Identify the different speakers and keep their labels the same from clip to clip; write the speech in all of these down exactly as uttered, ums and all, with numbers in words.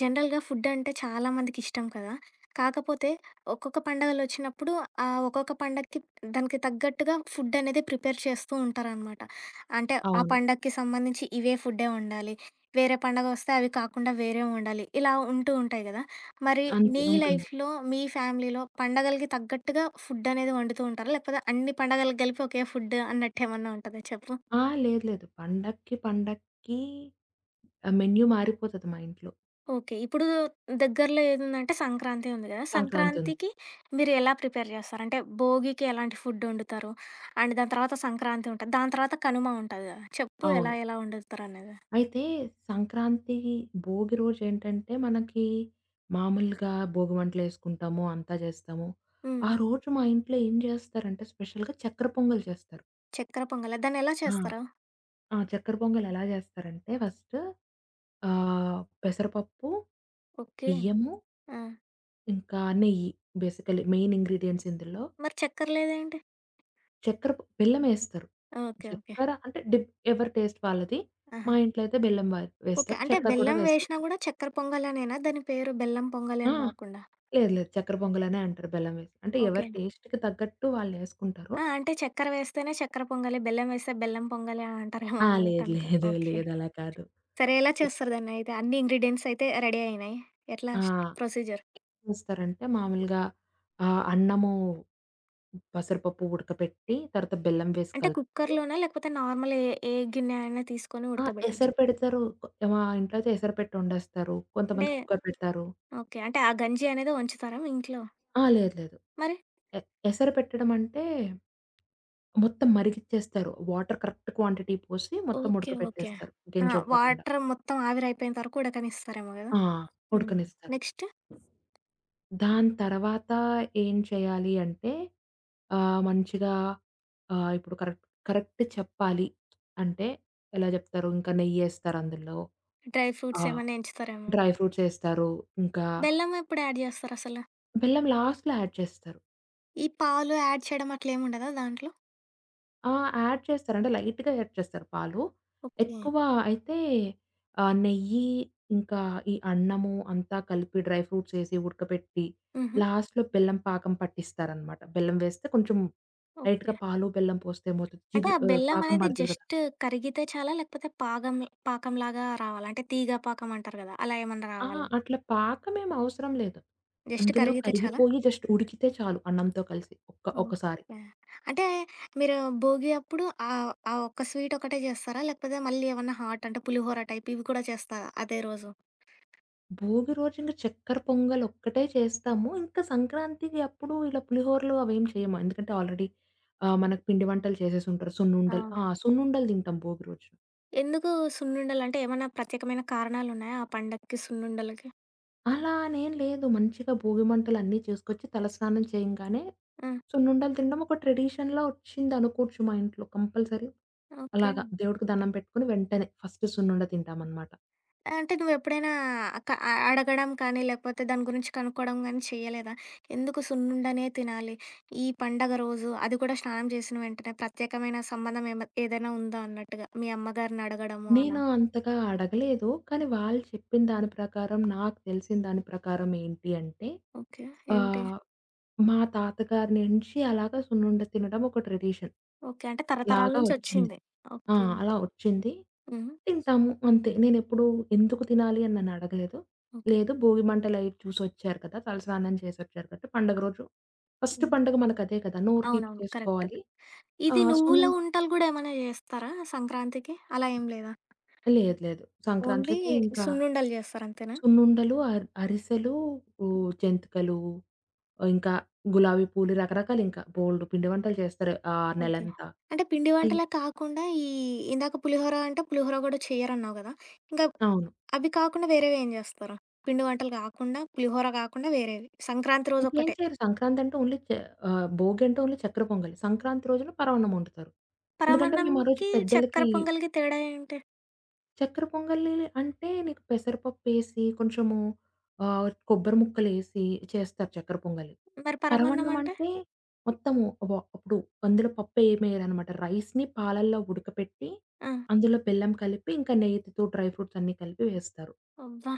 Speaker 1: జనరల్‌గా ఫుడ్డంటే చాలా మందికిష్టం కదా! కాకపోతే ఒక్కొక్క పండగలొచ్చినప్పుడు ఆ ఒక్కొక్క పండక్కి దానికి తగ్గట్టుగా ఫుడ్డనేది ప్రిపేర్ చేస్తూ ఉంటారనమాట. అంటే ఆ
Speaker 2: అవును.
Speaker 1: పండక్కి సంబంధించి ఇవే ఫుడ్డే వండాలి. వేరే పండగొస్తే అవి కాకుండా వేరేవి వండాలి. ఇలా ఉంటూ ఉంటాయి గదా! మరి
Speaker 2: అంతే
Speaker 1: నీ
Speaker 2: ఉంటుంది.
Speaker 1: లైఫ్‌లో, మీ ఫ్యామిలీలో పండగలకి తగ్గట్టుగా ఫుడ్డనేది వండుతూ ఉంటారా? లేకపోతే అన్ని పండగలకి కలిపి ఒకే ఫుడ్ అన్నట్టేమన్నా ఉంటదా చెప్పు?
Speaker 2: ఆ! లేదు, లేదు. పండక్కి, పండక్కి ఆహ్, మెన్యూ మారిపోతది మా ఇంట్లో.
Speaker 1: ఓకే. ఇప్పుడు దగ్గరలో ఏదుందంటే సంక్రాంతి ఉంది గదా!
Speaker 2: సంక్రాంతి ఉంది.
Speaker 1: సంక్రాంతికి మీరు ఎలా ప్రిపేర్ జేస్తారు? అంటే భోగికి ఎలాంటి ఫుడ్డొండుతారు? అండ్ దాని తర్వాత సంక్రాంతి ఉంటది. దాని తర్వాత కనుమ ఉంటది గదా! చెప్పు
Speaker 2: అవును.
Speaker 1: ఎలా ఎలా వండుతారనేది?
Speaker 2: అయితే సంక్రాంతి, భోగి రోజేంటంటే మనకి మామూలుగా భోగిమంటలేసుకుంటాము, అంతా జేస్తాము.
Speaker 1: హ్మ్.
Speaker 2: ఆ రోజు మా ఇంట్లో ఏం జేస్తారంటే స్పెషల్‌గా చక్కెర పొంగల్ చేస్తారు.
Speaker 1: చక్కెర పొంగలా? దాన్నెలా
Speaker 2: ఆ!
Speaker 1: చేస్తారు?
Speaker 2: ఆ! చక్కెర పొంగల్ ఎలా జేస్తారంటే ఫస్ట్ ఆహ్, పెసరపప్పు,
Speaker 1: ఓకే.
Speaker 2: బియ్యము,
Speaker 1: ఆ!
Speaker 2: ఇంకా నెయ్యి బేసికల్లీ మెయిన్ ఇంగ్రీడియెంట్స్ ఇందులో.
Speaker 1: మరి చక్కెర లేదేంటి?
Speaker 2: చక్కెర బెల్లమేస్తారు.
Speaker 1: ఓకే. ఓకే.
Speaker 2: చక్కెర అంటే డిప్ ఎవరి టేస్ట్ వాళ్ళది.
Speaker 1: ఆహా!
Speaker 2: మా ఇంట్లో అయితే బెల్లం వా
Speaker 1: ఓకే.
Speaker 2: వేస్తారు.
Speaker 1: అంటే
Speaker 2: చక్కెర కూడా
Speaker 1: బెల్లం వేషినా
Speaker 2: వేసుకోవచ్చు.
Speaker 1: గూడా చక్కెర పొంగలనేనా? దాని పేరు బెల్లం పొంగలి
Speaker 2: ఆ!
Speaker 1: అని గాకుండా?
Speaker 2: లేదు, లేదు. చక్కెర పొంగలనే అంటారు బెల్లం వేసి. అంటే ఎవరి
Speaker 1: ఓకే.
Speaker 2: టేస్ట్‌కి తగ్గట్టు వాళ్ళేసుకుంటారు.
Speaker 1: ఆ! అంటే చక్కెర వేస్తేనే చక్కెర పొంగలి, బెల్లం వేస్తే బెల్లం పొంగలి అని అంటారేమో
Speaker 2: ఆ! లేదు,
Speaker 1: అన్నట్టనుకున్నా.
Speaker 2: లేదు,
Speaker 1: ఓకే.
Speaker 2: లేదు. అలా కాదు.
Speaker 1: సరే. ఎలా చేస్తారు దాన్నయితే? అన్ని ఇంగ్రీడియెంట్స్ అయితే రెడీ అయినాయి. ఎట్లా
Speaker 2: ఆ!
Speaker 1: స్ట్ ప్రొసీజర్?
Speaker 2: ఏం చేస్తారంటే మామూలుగా ఆహ్, అన్నము, పెసరపప్పు ఉడకపెట్టి తర్వాత బెల్లం వేసి
Speaker 1: అంటే
Speaker 2: కలుపుతారు.
Speaker 1: కుక్కర్‌లోనా? లేకపోతే నార్మల్ ఏ ఏ గిన్నె అయినా తీసుకొని
Speaker 2: ఆ! ఎసరు
Speaker 1: ఉడకబెట్టొచ్చా?
Speaker 2: పెడతారు. కొ- మా ఇంట్లో అయితే ఎసరు పెట్టి వండేస్తారు.
Speaker 1: అంటే
Speaker 2: కొంతమంది కుక్కర్ పెడతారు.
Speaker 1: ఓకే. అంటే ఆ గంజి అనేది వంచుతారా మీ ఇంట్లో
Speaker 2: ఆ! లేదు, లేదు.
Speaker 1: మరి?
Speaker 2: ఎ ఎసరు పెట్టడం అంటే, మొత్తం మరిగిచ్చేస్తారు. వాటర్ కరెక్ట్ క్వాంటిటీ పోసి మొత్తం
Speaker 1: ఓకే. ఓకే.
Speaker 2: ఉడకబెట్టేస్తారు,
Speaker 1: ఆ!
Speaker 2: గెంజొబ్బకుండా.
Speaker 1: వాటర్ మొత్తం ఆవిరైపోయేంత వరకు ఉడకనిస్తారేమో గదా!
Speaker 2: ఆ!
Speaker 1: హ్మ్.
Speaker 2: ఉడకనిస్తారు.
Speaker 1: నెక్స్ట్
Speaker 2: దాని తర్వాత ఏం చేయాలి అంటే, ఆహ్, మంచిగా ఆహ్, ఇప్పుడు కరెక్ట్ కరెక్ట్ చెప్పాలి అంటే, ఎలా చెప్తారు, ఇంకా నెయ్యేస్తారు అందులో.
Speaker 1: డ్రై
Speaker 2: ఆ!
Speaker 1: ఫ్రూట్స్ ఏమన్నా ఎంచుతారేమో?
Speaker 2: డ్రై ఫ్రూట్స్ ఏస్తారు. ఇంకా
Speaker 1: బెల్లం ఎప్పుడు యాడ్ జేస్తారసల?
Speaker 2: బెల్లం లాస్ట్‌లో యాడ్ చేస్తారు.
Speaker 1: ఈ పాలు యాడ్ చేయడం అట్లేముండదా దాంట్లో?
Speaker 2: ఆ! యాడ్ చేస్తారు. అంటే లైట్‌గా యాడ్ చేస్తారు పాలు.
Speaker 1: ఓకే.
Speaker 2: ఎక్కువ అయితే ఆహ్, నెయ్యి ఇంకా ఈ అన్నము అంతా కలిపి డ్రై ఫ్రూట్స్ ఏసి ఉడకబెట్టి
Speaker 1: హుహు.
Speaker 2: లాస్ట్‌లో బెల్లం పాకం పట్టిస్తారనమాట. బెల్లం వేస్తే కొంచెం లైట్‌గా
Speaker 1: ఓకే.
Speaker 2: పాలు, బెల్లం పోస్తే ఏమవుతది
Speaker 1: అంటే
Speaker 2: జిగు
Speaker 1: ఆ
Speaker 2: ఆహ్,
Speaker 1: బెల్లం
Speaker 2: పాకం
Speaker 1: అనేది
Speaker 2: పడతది కదా!
Speaker 1: జస్ట్ కరిగితే చాలా లేకపోతే పాగం పాకంలాగా రావాలా? అంటే తీగ పాకం అంటారు కదా! అలా ఏమన్నా
Speaker 2: ఆ!
Speaker 1: రావాలా?
Speaker 2: అట్లా పాకం ఏమి అవసరం లేదు.
Speaker 1: జస్ట్
Speaker 2: అందులో
Speaker 1: కరిగితే ఓకే. చాలా?
Speaker 2: కరిగిపోయి జస్ట్ ఉడికితే చాలు అన్నంతో కలిసి ఒక్క ఒకసారి.
Speaker 1: ఓకే. అంటే మీరు భోగి అప్పుడు ఆహ్, ఆ ఒక్క స్వీట్ ఒకటే చేస్తారా? లేకపోతే మళ్ళీ ఏమన్నా హాట్ అంటే పులిహోర టైప్ ఇవి కూడా చేస్తారా అదే రోజు?
Speaker 2: భోగి రోజు ఇంక చక్కెర పొంగలొక్కటే చేస్తాము. ఇంకా సంక్రాంతికి అప్పుడు ఇలా పులిహోరలు అవేం చేయము. ఎందుకంటే ఆల్రెడీ ఆహ్, మనకు పిండి వంటలు చేసేసుంటారు. సున్నుండలు.
Speaker 1: అవును.
Speaker 2: ఆ! సున్నుండలు తింటాం భోగి రోజు.
Speaker 1: ఎందుకు సున్నుండలు? అంటే ఏమన్నా ప్రత్యేకమైన కారణాలున్నాయా ఆ పండక్కి సున్నుండలకి?
Speaker 2: అలా అనేం లేదు. మంచిగా భోగి మంటలన్నీ చేసుకొచ్చి తలస్నానం చేయంగానే
Speaker 1: ఆ!
Speaker 2: సున్నుండలు తినడం ఒక ట్రెడిషన్‌లా వచ్చిందనుకోవచ్చు, మా ఇంట్లో కంపల్సరీ.
Speaker 1: ఓకే.
Speaker 2: అలాగా దేవుడికి దండం పెట్టుకొని వెంటనే ఫస్ట్ సున్నుండ తింటామనమాట.
Speaker 1: అంటే నువ్వెప్పుడైనా క అ అడగడం కానీ, లేకపోతే దాని గురించి కనుక్కోవడం గానీ చెయ్యలేదా? ఎందుకు సున్నుండనే తినాలి, ఈ పండగ రోజు, అది కూడా స్నానం చేసిన వెంటనే ప్రత్యేకమైన సంబంధం ఏమ ఏదైనా ఉందా అన్నట్టుగా మీ అమ్మగారిని అడగడము అలా?
Speaker 2: నేను అంతగా అడగలేదు. కానీ వాళ్ళు చెప్పిన దాని ప్రకారం, నాకు తెలిసిన దాని ప్రకారం ఏంటి అంటే,
Speaker 1: ఓకే. ఏంటి?
Speaker 2: ఆహ్, మా తాతగారి నుంచి అలాగా సున్నుండ తినడం ఒక ట్రెడిషన్
Speaker 1: ఓకే. అంటే తరతరాల
Speaker 2: లాగా వచ్చింది.
Speaker 1: నుంచొచ్చింది.
Speaker 2: ఆ!
Speaker 1: ఓకే.
Speaker 2: అలా వచ్చింది.
Speaker 1: హుహు.
Speaker 2: తింటాము అంతే. నేనెప్పుడు ఎందుకు తినాలి అని నన్ను అడగలేదు.
Speaker 1: ఓకే.
Speaker 2: లేదు, భోగి మంటలవి చూసొచ్చారు కదా! తలస్నానం చేసొచ్చారు కాబట్టి పండుగ రోజు ఫస్ట్
Speaker 1: హ్మ్.
Speaker 2: పండుగ మనకదే కదా! నోరు తీపి
Speaker 1: అవునవును. కరెక్ట్.
Speaker 2: చేసుకోవాలి.
Speaker 1: ఇది
Speaker 2: ఆహ్,
Speaker 1: నువ్వుల
Speaker 2: సున్నుండ
Speaker 1: ఉంటలు గూడా ఏమైనా జేస్తారా సంక్రాంతికి? అలా ఏం లేదా?
Speaker 2: లేదు, లేదు.
Speaker 1: ఓన్లీ
Speaker 2: సంక్రాంతికి ఇంకా
Speaker 1: సున్నుండలు జేస్తారంతేనా?
Speaker 2: సున్నుండలు, అర్ అరిసెలు, ఊ జంతికలు, ఇంకా గులాబీ పూలు, రకరకాలింకా బోలెడు పిండి వంటలు చేస్తారు ఆ
Speaker 1: ఓకే.
Speaker 2: నెలంతా.
Speaker 1: అంటే పిండి
Speaker 2: అయి
Speaker 1: వంటలే కాకుండా ఈ ఇందాక పులిహోర అంటే పులిహోర గూడా చెయ్యరన్నావు గదా! ఇంకా
Speaker 2: అవును.
Speaker 1: అవి కాకుండా వేరేవేం జేస్తారు? పిండి వంటలు గాకుండా, పులిహోర గాకుండా వేరేవి. సంక్రాంతి
Speaker 2: ఇంకేం
Speaker 1: రోజొక్కటే.
Speaker 2: చేయరు సంక్రాంతంటే ఓన్లీ చె ఆహ్, భోగి అంటే ఓన్లీ చక్కెర పొంగలి. సంక్రాంతి రోజున పరమాన్నం వండుతారు. ఎందుకంటే మేము ఆ రోజు
Speaker 1: పరమాన్నంకి,
Speaker 2: పెద్దలకి
Speaker 1: చక్కెర పొంగల్‌కి తేడా ఏంటి?
Speaker 2: చక్కెర పొంగలి అంటే నీకు పెసరపప్పేసి కొంచెము ఆహ్, కొబ్బరి ముక్కలేసి చేస్తారు చక్కెర పొంగలి.
Speaker 1: మరి పరమాన్నం
Speaker 2: పరవన్నం
Speaker 1: అంటే?
Speaker 2: అంటే మొత్తము వ ఇప్పుడు అందులో పప్పేమేయరనమాట. రైస్‌ని పాలల్లో ఉడకపెట్టి
Speaker 1: ఆ!
Speaker 2: అందులో బెల్లం కలిపి ఇంకా నెయ్యితో డ్రై ఫ్రూట్స్ అన్నీ కలిపి వేస్తారు.
Speaker 1: అబ్బా!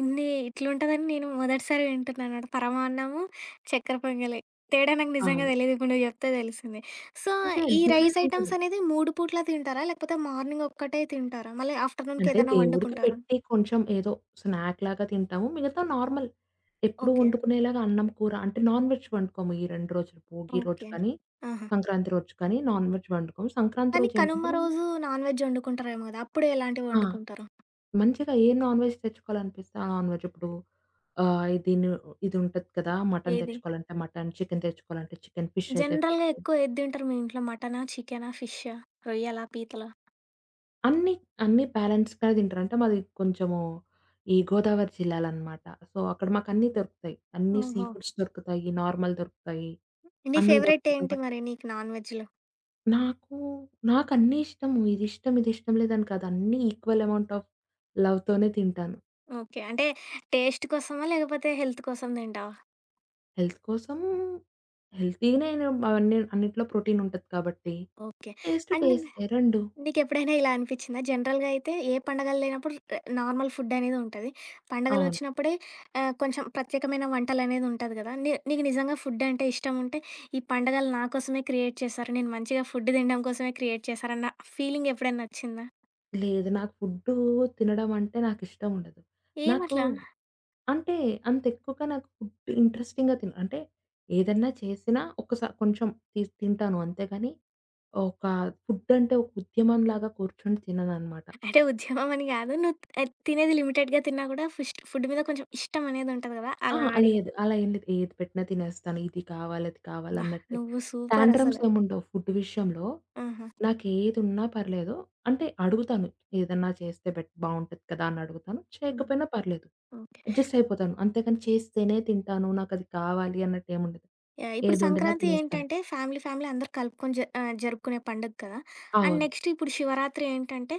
Speaker 1: ఇన్ని ఇట్లుంటదని నేను మొదటిసారి వింటున్నానమాట. పరమాన్నము, చక్కెర పొంగలి. తేడా నాకు నిజంగా
Speaker 2: అవును.
Speaker 1: తెలీదు. ఇప్పుడు నువ్వు జెప్తే తెలిసింది. సో,
Speaker 2: కొంచెం
Speaker 1: ఈ రైస్
Speaker 2: డిఫరెన్స్ ఉంటది.
Speaker 1: ఐటెమ్స్ అనేది మూడు పూట్ల తింటారా? లేకపోతే మార్నింగ్ ఒక్కటే తింటారా? మళ్ళీ ఆఫ్టర్‌నూన్‌కి
Speaker 2: అంటే
Speaker 1: ఏదైనా
Speaker 2: దేవుడికి
Speaker 1: వండుకుంటారా?
Speaker 2: పెట్టి కొంచెం ఏదో స్నాక్ లాగా తింటాము. మిగతా నార్మల్. ఎప్పుడు
Speaker 1: ఓకే.
Speaker 2: వండుకునేలాగా అన్నం, కూర, అంటే నాన్ వెజ్ వండుకోము. ఈ రెండు రోజులు, భోగి రోజు
Speaker 1: ఓకే.
Speaker 2: కానీ,
Speaker 1: ఆహా!
Speaker 2: సంక్రాంతి రోజు కానీ నాన్ వెజ్ వండుకోము. సంక్రాంతి
Speaker 1: కానీ
Speaker 2: రోజు ఏంటంటే
Speaker 1: కనుమ
Speaker 2: మేము
Speaker 1: రోజు నాన్ వెజ్ వండుకుంటారేమో గదా! అప్పుడు ఎలాంటివి
Speaker 2: ఆ!
Speaker 1: వండుకుంటారు?
Speaker 2: మంచిగా ఏ నాన్ వెజ్ తెచ్చుకోవాలనిపిస్తే ఆ నాన్ వెజ్ ఇప్పుడు ఆహ్, ఇది ను ఇది ఉంటది కదా! మటన్
Speaker 1: ఏది?
Speaker 2: తెచ్చుకోవాలంటే మటన్, చికెన్ తెచ్చుకోవాలంటే చికెన్, ఫిష్ అయితే
Speaker 1: జనరల్‌గా
Speaker 2: ఫిష్.
Speaker 1: ఎక్కువ ఏది తింటారు మీ ఇంట్లో? మటనా? చికెనా? ఫిషా? రొయ్యలా? పీతలా?
Speaker 2: అన్ని, అన్ని పేరెంట్స్ కాడ తింటారు. అంటే మాది కొంచెము ఈ గోదావరి జిల్లాలనమాట. సో, అక్కడ మాకన్నీ దొరుకుతాయి. అన్ని సీ
Speaker 1: ఓహో!
Speaker 2: ఫుడ్స్ దొరుకుతాయి, నార్మల్ దొరుకుతాయి.
Speaker 1: నీ
Speaker 2: అన్నీ
Speaker 1: ఫేవరెట్
Speaker 2: దొరుకుతాయి
Speaker 1: ఏంటి
Speaker 2: కాబట్టి
Speaker 1: మరి నీకు నాన్ వెజ్‌లో?
Speaker 2: నాకు నాకన్నీ ఇష్టము. ఇదిష్టం, ఇదిష్టం లేదని కాదు. అన్నీ ఈక్వల్ అమౌంట్ ఆఫ్ లవ్‌తోనే తింటాను.
Speaker 1: ఓకే. అంటే టేస్ట్ కోసమా? లేకపోతే హెల్త్ కోసం తింటావా?
Speaker 2: హెల్త్ కోసం, హెల్తీనే నేను అవన్నీ, అన్నిట్లో ప్రోటీన్ ఉంటది కాబట్టి.
Speaker 1: ఓకే.
Speaker 2: టేస్ట్
Speaker 1: అండ్
Speaker 2: టేస్టే టూ.
Speaker 1: నీకెప్పుడైనా ఇలా అనిపిచ్చిందా? జనరల్‌గా అయితే ఏ పండగలు లేనప్పుడు ఆహ్, నార్మల్ ఫుడ్ అనేది ఉంటది.
Speaker 2: అవును.
Speaker 1: పండగలొచ్చినప్పుడే ఆహ్, కొంచెం ప్రత్యేకమైన వంటలనేది ఉంటది గదా! నీ నీకు నిజంగా ఫుడ్ అంటే ఇష్టముంటే, ఈ పండగలు నా కోసమే క్రియేట్ చేశారు. నేను మంచిగా ఫుడ్ తినడం కోసమే క్రియేట్ చేశారన్న ఫీలింగ్ ఎప్పుడైనా ఒచ్చిందా?
Speaker 2: లేదు, నాకు ఫుడ్డు తినడం అంటే నాకిష్టం ఉండదు. నాకు
Speaker 1: ఏమట్లా?
Speaker 2: అంటే అంత ఎక్కువగా నాకు ఫుడ్ ఇంట్రెస్టింగ్‌గా తిన అంటే ఏదన్నా చేసినా ఒక్కసా కొంచెం తి తింటాను. అంతేగాని ఒక ఫుడ్ అంటే ఒక ఉద్యమంలాగా కూర్చొని తినననమాట.
Speaker 1: అంటే ఉద్యమం అని గాదు. నువ్వు ఆహ్, తినేది లిమిటెడ్‌గా తిన్నా గూడా ఫిస్ట్ ఫుడ్ మీద కొంచెం ఇష్టం అనేది ఉంటది గదా!
Speaker 2: ఆ!
Speaker 1: అలా అడిగా.
Speaker 2: లేదు, అలా ఏం లేదు. ఏది పెట్టినా తినేస్తాను. ఇది కావాలి, అది కావాలి
Speaker 1: అబ్బా!
Speaker 2: అన్నట్టు.
Speaker 1: నువ్వు
Speaker 2: టాంట్రమ్స్
Speaker 1: సూపరసలు.
Speaker 2: ఏముండవు ఫుడ్ విషయంలో.
Speaker 1: ఆహా!
Speaker 2: నాకేదున్నా పర్లేదు. అంటే అడుగుతాను. ఏదన్నా చేస్తే బెట్ బావుంటది కదా! అని అడుగుతాను.
Speaker 1: హ్మ్.
Speaker 2: చేయకపోయినా పర్లేదు.
Speaker 1: ఓకే.
Speaker 2: అడ్జస్ట్ అయిపోతాను. అంతేగాని చేస్తేనే తింటాను. నాకది కావాలి అన్నట్టేముండదు.
Speaker 1: యాహ్! ఇప్పుడు
Speaker 2: ఏదొండినా
Speaker 1: సంక్రాంతి
Speaker 2: తినేస్తాను.
Speaker 1: ఏంటంటే ఫ్యామిలీ, ఫ్యామిలీ అందరూ కలుపుకొని జ ఆహ్, జరుపుకునే పండుగ కదా! అండ్
Speaker 2: అవును.
Speaker 1: నెక్స్ట్ ఇప్పుడు శివరాత్రి ఏంటంటే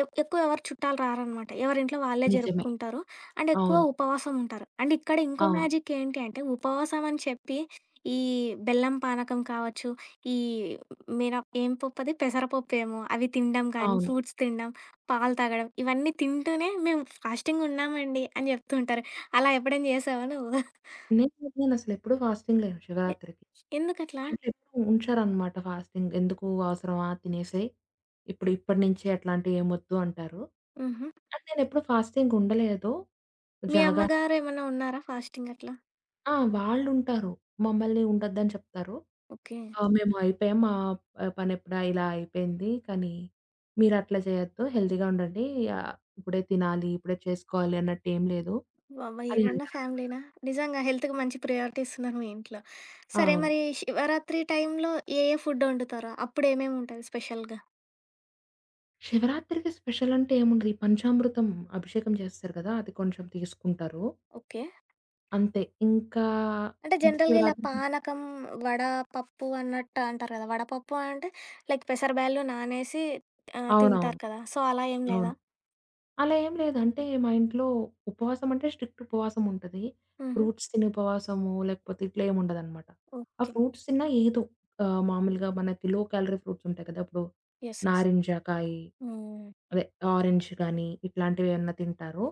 Speaker 1: ఎవ్ ఎక్కువ ఎవరు చుట్టాలు రారనమాట. ఎవరింట్లో వాళ్ళే
Speaker 2: నిజమే.
Speaker 1: జరుపుకుంటారు. అండ్ ఎక్కువ
Speaker 2: అవును.
Speaker 1: ఉపవాసం ఉంటారు. అండ్ ఇక్కడ ఇంకో
Speaker 2: అవును.
Speaker 1: మ్యాజిక్ ఏంటి అంటే ఉపవాసం అని చెప్పి ఈ బెల్లం పానకం కావచ్చు, ఈ మిన ఏం పప్పది పెసరపప్పేమో అవి తినడం కానీ,
Speaker 2: అవును.
Speaker 1: ఫ్రూట్స్ తినడం, పాలు తాగడం ఇవన్నీ తింటూనే మేము ఫాస్టింగ్ ఉన్నామండి అని జెప్తూ ఉంటారు. అలా ఎప్పుడైనా జేసావా నువ్వు?
Speaker 2: నేను నేనసలెప్పుడూ ఫాస్టింగ్ లేను
Speaker 1: ఎ
Speaker 2: శివరాత్రికి. మా
Speaker 1: ఎందుకట్లా?
Speaker 2: ఇంట్లో ఎప్పుడూ ఉంచారనమాట ఫాస్టింగ్. "ఎందుకు అవసరమా, తినేసేయి. ఇప్పుడు ఇప్పటి నుంచే అట్లాంటియేమొద్దు" అంటారు.
Speaker 1: హుహు.
Speaker 2: అండ్ నేనెప్పుడు ఫాస్టింగ్ ఉండలేదు.
Speaker 1: మీ
Speaker 2: జాగా
Speaker 1: అమ్మగారేమన్నా ఉన్నారా ఫాస్టింగ్ అట్లా?
Speaker 2: ఆ! వాళ్ళుంటారు. మమ్మల్ని ఉండొద్దని చెప్తారు.
Speaker 1: ఓకే.
Speaker 2: "ఆ! మేము అయిపోయాం. మా ఆహ్, పనెప్పుడా ఇలా అయిపోయింది. కానీ మీరట్లా చేయొద్దు. హెల్తీగా ఉండండి. ఆహ్, ఇప్పుడే తినాలి, ఇప్పుడే చేసుకోవాలి అన్నట్టేం లేదు"
Speaker 1: వామ్మో!
Speaker 2: అని
Speaker 1: ఏమన్నా
Speaker 2: అంటారు.
Speaker 1: ఫ్యామిలీనా? నిజంగా హెల్త్‌కి మంచి ప్రయారిటీ ఇస్తున్నారు మీ ఇంట్లో. సరే
Speaker 2: అవును.
Speaker 1: మరి శివరాత్రి టైంలో ఏ ఏ ఫుడ్ వండుతారు? అప్పుడేమేముంటది స్పెషల్‌గా?
Speaker 2: శివరాత్రికి స్పెషల్ అంటే ఏముండదు. ఈ పంచామృతం అభిషేకం చేస్తారు కదా! అది కొంచెం తీసుకుంటారు.
Speaker 1: ఓకే.
Speaker 2: అంతే. ఇంకా
Speaker 1: అంటే జనరల్‌గా ఇలా
Speaker 2: శివరాత్రికి
Speaker 1: పానకం, వడ, పప్పు అన్నట్టు అంటారు కదా! వడపప్పు అంటే లైక్ పెసరబ్యాళ్ళు నానేసి ఆహ్,
Speaker 2: అవునవును.
Speaker 1: తింటారు కదా! సో, అలా ఏం లేదా?
Speaker 2: అవును. అలా ఏం లేదు. అంటే మా ఇంట్లో ఉపవాసం అంటే స్ట్రిక్ట్ ఉపవాసం ఉంటది.
Speaker 1: హుహు.
Speaker 2: ఫ్రూట్స్ తిని ఉపవాసము లేకపోతే ఇట్లా ఏమి ఉండదనమాట. ఆ
Speaker 1: ఓకే.
Speaker 2: ఫ్రూట్స్ తిన్నా ఏదో ఆహ్, మామూలుగా మనకి లో క్యాలరీ ఫ్రూట్స్ ఉంటాయి కదా! ఇప్పుడు
Speaker 1: యెస్. యెస్.
Speaker 2: నారింజ కాయి,
Speaker 1: హ్మ్.
Speaker 2: అదే ఆరెంజ్ గాని ఇట్లాంటివి ఏమన్నా తింటారు.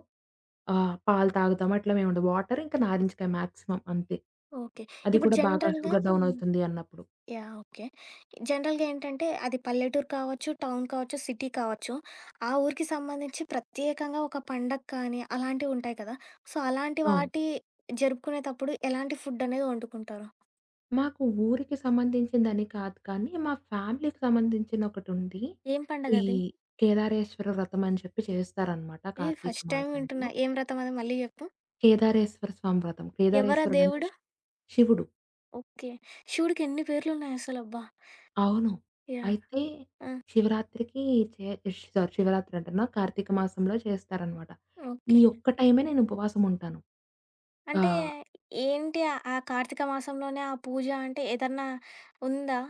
Speaker 2: ఆహ్, పాలు తాగుతాము అట్లా ఏమి ఉండదు. వాటర్ ఇంకా నారింజకాయ మాక్సిమం అంతే.
Speaker 1: ఓకే.
Speaker 2: అది
Speaker 1: ఇప్పుడు
Speaker 2: కూడా బాగా
Speaker 1: జనరల్‌గా
Speaker 2: షుగర్ డౌన్ అవుతుంది అన్నప్పుడు.
Speaker 1: యాహ్! ఓకే. జనరల్‌గా ఏంటంటే అది పల్లెటూరు కావచ్చు, టౌన్ కావచ్చు, సిటీ కావచ్చు. ఆ ఊరికి సంబంధించి ప్రత్యేకంగా ఒక పండగ కానీ అలాంటివుంటాయి కదా! సో, అలాంటి
Speaker 2: అవును.
Speaker 1: వాటి జరుపుకునేటప్పుడు ఎలాంటి ఫుడ్ అనేది వండుకుంటారు?
Speaker 2: మాకు ఊరికి సంబంధించిందని కాదు కానీ, మా ఫ్యామిలీకి సంబంధించిన ఒకటుంది.
Speaker 1: ఏం
Speaker 2: ఈ
Speaker 1: పండగది?
Speaker 2: కేదారేశ్వర వ్రతం అని చెప్పి చేస్తారనమాట
Speaker 1: ఏహ్!
Speaker 2: కార్తీక
Speaker 1: ఫస్ట్ టైమ్
Speaker 2: మాసంలో.
Speaker 1: వింటున్నా. ఏం వ్రతం అది మళ్ళీ చెప్పు?
Speaker 2: కేదారేశ్వర స్వామి వ్రతం.
Speaker 1: ఎవరా
Speaker 2: కేదారేశ్వరుడంటే
Speaker 1: దేవుడు?
Speaker 2: శి శివుడు.
Speaker 1: ఓకే. శివుడికి ఎన్ని పేర్లున్నాయసలబ్బా!
Speaker 2: అవును.
Speaker 1: యాహ్!
Speaker 2: అయితే
Speaker 1: ఆ!
Speaker 2: శివరాత్రికి చే ష్ సారీ, శివరాత్రి అంటున్నా. కార్తీక మాసంలో చేస్తారనమాట. ఈ
Speaker 1: ఓకే.
Speaker 2: ఒక్క టైమే నేను ఉపవాసం ఉంటాను.
Speaker 1: అంటే
Speaker 2: ఆహ్,
Speaker 1: ఏంటి ఆ ఆ కార్తీక మాసంలోనే ఆ పూజ అంటే ఏదన్నా ఉందా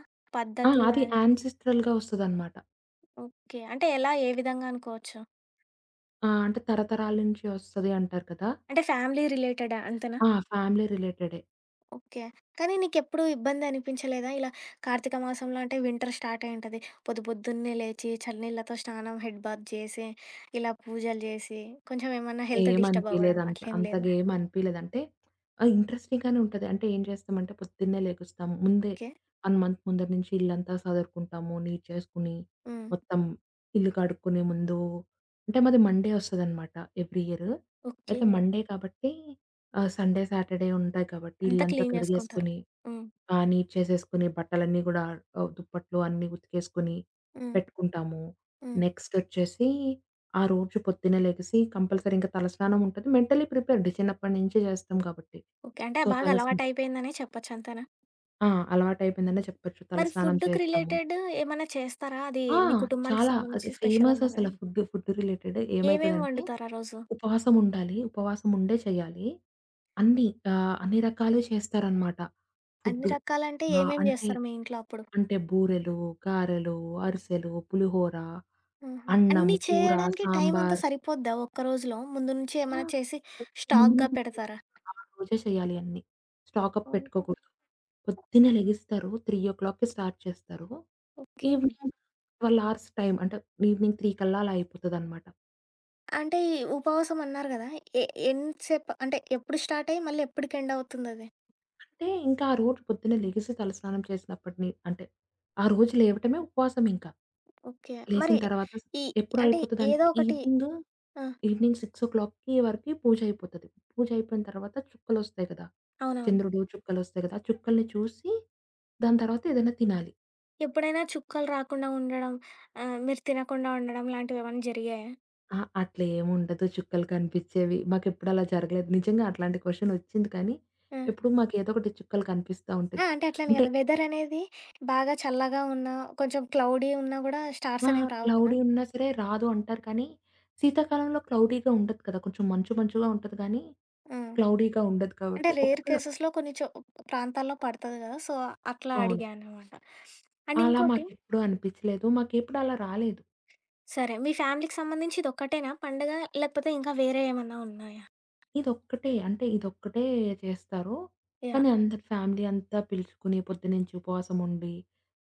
Speaker 2: ఆ!
Speaker 1: పద్ధతి
Speaker 2: అది
Speaker 1: గాని?
Speaker 2: యాన్సిస్ట్రల్‌గా వస్తదనమాట.
Speaker 1: ఓకే. అంటే ఎలా? ఏ విధంగా అనుకోవచ్చు?
Speaker 2: ఆ! అంటే తరతరాల నుంచి వస్తది అంటారు కదా!
Speaker 1: అంటే ఫ్యామిలీ రిలేటెడా అంతేనా?
Speaker 2: ఆ! ఫ్యామిలీ రిలేటెడే.
Speaker 1: ఓకే. కానీ నీకెప్పుడు ఇబ్బందనిపించలేదా? ఇలా కార్తీక మాసంలో అంటే వింటర్ స్టార్ట్ అయ్యి ఉంటది. పొద్దు పొద్దున్నే లేచి, చలినీళ్ళతో స్నానం, హెడ్ బాత్ చేసి, ఇలా పూజలు చేసి, కొంచెం ఏమన్నా హెల్త్ డిస్టర్బ్
Speaker 2: ఏమనిపియలేదు
Speaker 1: అవ్వడం
Speaker 2: అంత.
Speaker 1: అట్లేం
Speaker 2: అంతగా
Speaker 1: లేదా?
Speaker 2: ఏమనిపియలేదు. అంటే ఆహ్, ఇంట్రెస్టింగ్ గానే ఉంటది. అంటే ఏం చేస్తామంటే పొద్దున్నే లెగుస్తాం. ముందే
Speaker 1: ఓకే.
Speaker 2: ఒక మంత్ ముందర నుంచి ఇల్లంతా సదురుకుంటాము. నీట్ చేసుకొని,
Speaker 1: హ్మ్.
Speaker 2: మొత్తం ఇల్లు కడుక్కునే ముందు, అంటే మాది మండే ఒస్తదనమాట ఎవ్రీ ఇయర్.
Speaker 1: ఓకే.
Speaker 2: అయితే మండే కాబట్టి ఆహ్, సండే, సాటర్డే ఉంటాయి కాబట్టి
Speaker 1: అంతా
Speaker 2: ఇల్లంతా
Speaker 1: క్లీన్ చేసుకుంటారు.
Speaker 2: కడిగేసుకొని,
Speaker 1: హ్మ్.
Speaker 2: ఆ! నీట్ చేసేసుకొని బట్టలన్నీ గూడా ఆహ్, దుప్పట్లు అన్నీ ఉతికేసుకొని
Speaker 1: హ్మ్.
Speaker 2: పెట్టుకుంటాము.
Speaker 1: హ్మ్.
Speaker 2: నెక్స్టొచ్చేసి ఆ రోజు పొద్దున్నే లెగిసి కంపల్సరీ ఇంక తలస్నానం ఉంటది. మెంటలీ ప్రిపేర్డ్ చిన్నప్పటి నుంచి చేస్తాం కాబట్టి.
Speaker 1: ఓకే. అంటే
Speaker 2: సో,
Speaker 1: బాగా
Speaker 2: తలస్నా
Speaker 1: అలవాటయిపోయిందనే చెప్పొచ్చు అంతేనా?
Speaker 2: ఆ! అలవాటయిపోయిందనే చెప్పొచ్చు.
Speaker 1: మరి
Speaker 2: తలస్నానం
Speaker 1: ఫుడ్‌కి
Speaker 2: చేస్తాము.
Speaker 1: రిలేటెడ్ ఏమన్నా చేస్తారా? అది
Speaker 2: ఆ!
Speaker 1: మీ కుటుంబానికి
Speaker 2: చాలా అది
Speaker 1: సంబంధించి స్పెషల్
Speaker 2: ఫేమస్
Speaker 1: అన్నారు
Speaker 2: అసల.
Speaker 1: కదా!
Speaker 2: ఫుడ్, ఫుడ్ రిలేటెడ్
Speaker 1: ఏమేమి
Speaker 2: ఏమైతదంటే
Speaker 1: వండుతారు ఆ రోజు?
Speaker 2: ఉపవాసం ఉండాలి. ఉపవాసం ఉండే చేయాలి. అన్నీ ఆహ్, అన్ని రకాలు చేస్తారనమాట
Speaker 1: అన్ని
Speaker 2: ఫుడ్డు.
Speaker 1: రకాలంటే
Speaker 2: ఆ!
Speaker 1: ఏమేం
Speaker 2: అంటే
Speaker 1: జేస్తారు మీ ఇంట్లో అప్పుడు?
Speaker 2: అంటే బూరెలు, గారెలు, అరిసెలు, పులిహోర,
Speaker 1: ఆహా!
Speaker 2: అన్నం,
Speaker 1: అన్నీ
Speaker 2: కూర,
Speaker 1: చేయడానికి టైం అంతా
Speaker 2: సాంబార్.
Speaker 1: సరిపోద్దా ఒక్క రోజులో? ముందు నుంచి
Speaker 2: ఆ!
Speaker 1: ఏమైనా చేసి స్టాక్‌గా
Speaker 2: మినిమం
Speaker 1: పెడతారా?
Speaker 2: ఆ రోజే చేయాలి అన్నీ. స్టాకప్
Speaker 1: ఓహో.
Speaker 2: పెట్టుకోకూడదు. పొద్దున్నే లెగిస్తారు. 3:00కి స్టార్ట్ చేస్తారు.
Speaker 1: ఓకే.
Speaker 2: ఈవినింగ్ పన్నెండు అవర్స్ టైం అంటే ఈవినింగ్ మూడు కల్లా అలా అయిపోతదనమాట.
Speaker 1: అంటే ఈ ఉపవాసం అన్నారు గదా! ఎ ఎంతసేపు అంటే ఎప్పుడు స్టార్ట్ అయ్యి మళ్ళీ ఎప్పటికి ఎండ్ అవుతుందది?
Speaker 2: అంటే ఇంకా ఆ రోజు పొద్దున్నే లెగిసి తలస్నానం చేసినప్పటిని అంటే ఆ రోజు లేవటమే ఉపవాసం ఇంకా.
Speaker 1: ఓకే.
Speaker 2: లేసిన
Speaker 1: మరి
Speaker 2: తర్వాత
Speaker 1: ఈ
Speaker 2: ఎప్పుడు
Speaker 1: అంటే
Speaker 2: అయిపోతదంటే
Speaker 1: ఏదో ఒకటి
Speaker 2: ఈవినింగ్,
Speaker 1: ఆ!
Speaker 2: ఈవినింగ్ 6:00కి వరకి పూజ అయిపోతది. పూజ అయిపోయిన తర్వాత చుక్కలొస్తాయి కదా!
Speaker 1: అవునవును.
Speaker 2: చంద్రుడు చుక్కలొస్తాయి కదా! ఆ చుక్కల్ని చూసి దాని తర్వాత ఏదైనా తినాలి.
Speaker 1: ఎప్పుడైనా చుక్కలు రాకుండా ఉండడం, ఆహ్, మీరు తినకుండా ఉండడం లాంటివేమన్నా జరిగాయా?
Speaker 2: ఆ! అట్లా ఏముండదు చుక్కలు కనిపిచ్చేవి. మాకెప్పుడు అలా జరగలేదు. నిజంగా అట్లాంటి క్వెషన్ ఒచ్చింది కానీ,
Speaker 1: ఆ!
Speaker 2: ఎప్పుడు మాకేదో ఒకటి చుక్కలు కనిపిస్తా
Speaker 1: ఆ!
Speaker 2: ఉంటాయి.
Speaker 1: అంటే అట్లని
Speaker 2: అంటే
Speaker 1: కాదు. వెదర్ అనేది బాగా చల్లగా ఉన్నా, కొంచెం క్లౌడీ ఉన్నా గూడా స్టార్స్
Speaker 2: ఆ!
Speaker 1: అనేవి రావు గదా!
Speaker 2: క్లౌడీ ఉన్నా సరే రాదు అంటారు కానీ, శీతాకాలంలో క్లౌడీగా ఉండదు కదా! కొంచెం మంచు మంచుగా ఉంటది కానీ,
Speaker 1: ఆ!
Speaker 2: క్లౌడీగా ఉండదు
Speaker 1: అంటే
Speaker 2: కాబట్టి
Speaker 1: రేర్
Speaker 2: ఒక్క
Speaker 1: కేసెస్‌లో కొన్ని చో ప్రాంతాల్లో పడతది గదా! సో, అట్లా
Speaker 2: అవును.
Speaker 1: అడిగా అనమాట. అండ్
Speaker 2: అలా
Speaker 1: ఇంకోటి
Speaker 2: మాకెప్పుడూ అనిపిచ్చలేదు. మాకెప్పుడు అలా రాలేదు.
Speaker 1: సరే. మీ ఫ్యామిలీకి సంబంధించి ఇదొక్కటేనా పండగ? లేకపోతే ఇంకా వేరే ఏమన్నా ఉన్నాయా?
Speaker 2: ఇదొక్కటే అంటే ఇదొక్కటే చేస్తారు.
Speaker 1: యాహ్!
Speaker 2: కానీ అందరు ఫ్యామిలీ అంతా పిలుచుకుని పొద్దున్నుంచి ఉపవాసం ఉండి,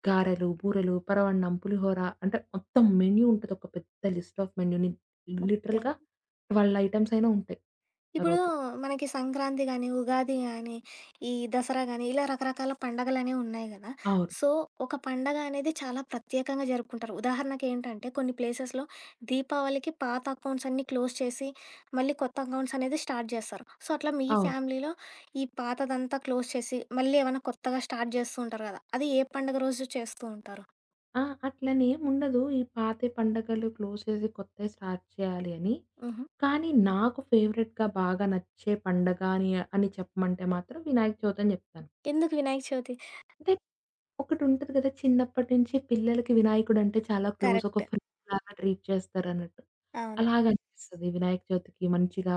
Speaker 2: గారెలు, బూరెలు, పరమాన్నం, పులిహోర అంటే మొత్తం మెన్యూ ఉంటది. ఒక పెద్ద లిస్ట్ ఆఫ్ మెన్యూని
Speaker 1: ఓకే.
Speaker 2: లిటరల్‌గా పన్నెండు ఐటెమ్స్ అయినా ఉంటాయి ఆ
Speaker 1: ఇప్పుడు
Speaker 2: రోజు.
Speaker 1: మనకి సంక్రాంతి గాని, ఉగాది గాని, ఈ దసరా గాని, ఇలా రకరకాల పండగలనేవి ఉన్నాయి గదా!
Speaker 2: అవును.
Speaker 1: సో, ఒక పండగ అనేది చాలా ప్రత్యేకంగా జరుపుకుంటారు. ఉదాహరణకేంటంటే, కొన్ని ప్లేసెస్‌లో దీపావళికి పాత అకౌంట్స్ అన్నీ క్లోజ్ చేసి, మళ్ళీ కొత్త అకౌంట్స్ అనేది స్టార్ట్ జేస్తారు. సో, అట్లా మీ
Speaker 2: అవును.
Speaker 1: ఫ్యామిలీలో ఈ పాతదంతా క్లోజ్ చేసి, మళ్ళీ ఏమన్నా కొత్తగా స్టార్ట్ జేస్తూ ఉంటారు గదా! అది ఏ పండుగ రోజు చేస్తూ ఉంటారు?
Speaker 2: ఆ! అట్లనేముండదు. ఈ పాతయి పండగలు క్లోజ్ చేసి కొత్తయి స్టార్ట్ చేయాలి అని.
Speaker 1: హుహు.
Speaker 2: కానీ నాకు ఫేవరెట్‌గా బాగా నచ్చే పండగ అని అని చెప్పమంటే మాత్రం వినాయక చవితి అని చెప్తాను.
Speaker 1: ఎందుకు వినాయక చవితి?
Speaker 2: అంటే ఒకటుంటది కదా! చిన్నప్పటి నుంచి పిల్లలకి వినాయకుడంటే చాలా క్లోజ్. ఒక
Speaker 1: కరెక్ట్.
Speaker 2: ఫ్రెండ్‌లాగా ట్రీట్ చేస్తారన్నట్టు.
Speaker 1: అవును.
Speaker 2: అలాగనిపిస్తది వినాయక చవితికి మంచిగా.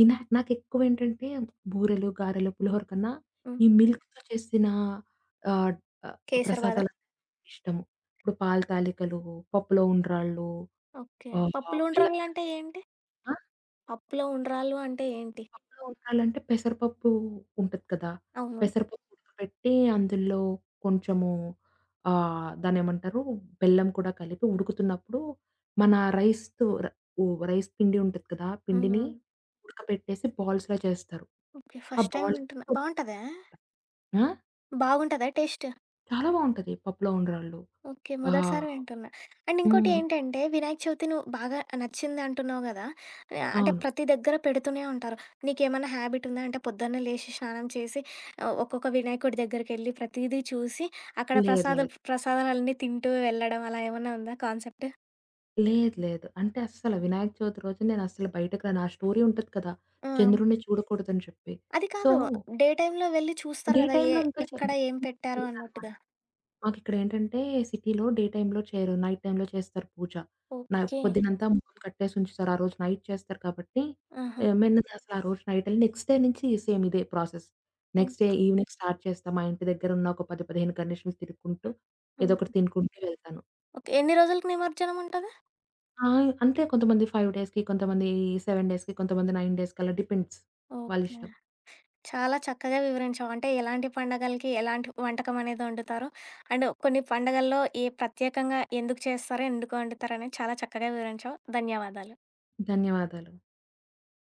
Speaker 2: వినా నాకెక్కువేంటంటే బూరెలు, గారెలు, పులిహోర కన్నా
Speaker 1: హ్మ్.
Speaker 2: ఈ మిల్క్‌తో చేసిన ఆహ్, ఆహ్,
Speaker 1: కేసరి బాదా?
Speaker 2: ప్రసాదాలంటే ఇష్టము. ఇప్పుడు పాలు తాలికలు, పప్పులో ఉండ్రాళ్ళు,
Speaker 1: ఓకే.
Speaker 2: ఆహ్,
Speaker 1: పప్పులు
Speaker 2: బెల్లం
Speaker 1: ఉండ్రాళ్ళంటే ఏంటి?
Speaker 2: తాలిక
Speaker 1: పప్పులో ఉండ్రాళ్ళు అంటే ఏంటి?
Speaker 2: పప్పులో ఉండాలంటే పెసరపప్పు ఉంటది కదా!
Speaker 1: అవును.
Speaker 2: పెసరపప్పు ఉడకబెట్టి అందులో కొంచెము ఆహ్, దాన్నేమంటారు బెల్లం కూడా కలిపి ఉడుకుతున్నప్పుడు మన రైస్‌తో ర ఉ రైస్ పిండి ఉంటది కదా! ఆ పిండిని
Speaker 1: హ్మ్.
Speaker 2: ఉడకబెట్టేసి బాల్స్‌లా చేస్తారు.
Speaker 1: ఓకే.
Speaker 2: ఆ
Speaker 1: ఫస్ట్ టైమ్
Speaker 2: బాల్స్
Speaker 1: వింటున్నా. బావుంటదా?
Speaker 2: ఆ!
Speaker 1: బాగుంటదా టేస్ట్?
Speaker 2: చాలా బావుంటది పప్పులో ఉండ్రాళ్ళు.
Speaker 1: ఓకే.
Speaker 2: ఆ!
Speaker 1: మొదటిసారి వింటున్నా. అండ్ ఇంకోటి
Speaker 2: హ్మ్.
Speaker 1: ఏంటంటే, వినాయక చవితి నువ్వు బాగా నచ్చింది అంటున్నావు గదా! ఆహ్, అంటే
Speaker 2: అవును.
Speaker 1: ప్రతి దగ్గర పెడుతూనే ఉంటారు. నీకేమన్నా హ్యాబిట్ ఉందా? అంటే పొద్దున్నే లేసి స్నానం చేసి ఆహ్, ఒక్కొక్క వినాయకుడి దగ్గరికెళ్ళి ప్రతీదీ చూసి, అక్కడ
Speaker 2: లేదు,
Speaker 1: ప్రసాదాలు
Speaker 2: లేదు,
Speaker 1: ప్రసాదాలన్నీ తింటూ వెళ్ళడం అలా ఏమన్నా ఉందా కాన్సెప్ట్?
Speaker 2: లేదు, లేదు. అంటే అస్సలు వినాయక చవితి రోజు నేనస్సలు బయటకి రాను. ఆ స్టోరీ ఉంటది కదా!
Speaker 1: ఆ! అవును.
Speaker 2: చంద్రుడిని చూడకూడదని చెప్పి.
Speaker 1: అది
Speaker 2: సో,
Speaker 1: కాదు. డే టైమ్‌లో వెళ్లి చూస్తారు
Speaker 2: డే
Speaker 1: గదా!
Speaker 2: టైమ్‌లో
Speaker 1: ఏ
Speaker 2: ఇంకా చే
Speaker 1: ఎక్కడ ఏం పెట్టారో
Speaker 2: చెయ్యరనమాట.
Speaker 1: అన్నట్టుగా.
Speaker 2: మాకిక్కడేంటంటే సిటీలో డే టైమ్‌లో చేయరు. నైట్ టైమ్‌లో చేస్తారు పూజ. నా
Speaker 1: ఓకే.
Speaker 2: పొద్దునంతా ముఖం కట్టేసి ఉంచుతారు. ఆ రోజు నైట్ చేస్తారు కాబట్టి
Speaker 1: ఆహా!
Speaker 2: ఆహ్, మెన్నగసలు ఆ రోజు నైటెళ్లి నెక్స్ట్ డే నుంచి సేమ్ ఇదే ప్రాసెస్.
Speaker 1: ఓహ్!
Speaker 2: నెక్స్ట్ డే ఈవెనింగ్ స్టార్ట్ చేస్తా. మా ఇంటి దగ్గరున్న ఒక పది, పదిహేను గణేషులు తిరుక్కుంటూ ఏదో
Speaker 1: అవునా!
Speaker 2: ఒకటి తినుకుంటూ వెళ్తాను.
Speaker 1: ఓకే. ఎన్ని రోజులకి నిమజ్జనం ఉంటది?
Speaker 2: ఆ! అంతే, కొంతమంది ఐదు డేస్‌కి, కొంతమంది ఏడు డేస్‌కి, కొంతమంది తొమ్మిది డేస్‌కలా డిపెండ్స్
Speaker 1: ఓకే.
Speaker 2: వాళ్ళిష్టం.
Speaker 1: చాలా చక్కగా వివరించావు. అంటే ఎలాంటి పండగలకి ఎలాంటి వంటకం అనేది వండుతారు? అండ్ కొన్ని పండగల్లో ఏ ప్రత్యేకంగా ఎందుకు చేస్తారు? ఎందుకు వండుతారనేది చాలా చక్కగా వివరించావు. ధన్యవాదాలు.
Speaker 2: ధన్యవాదాలు.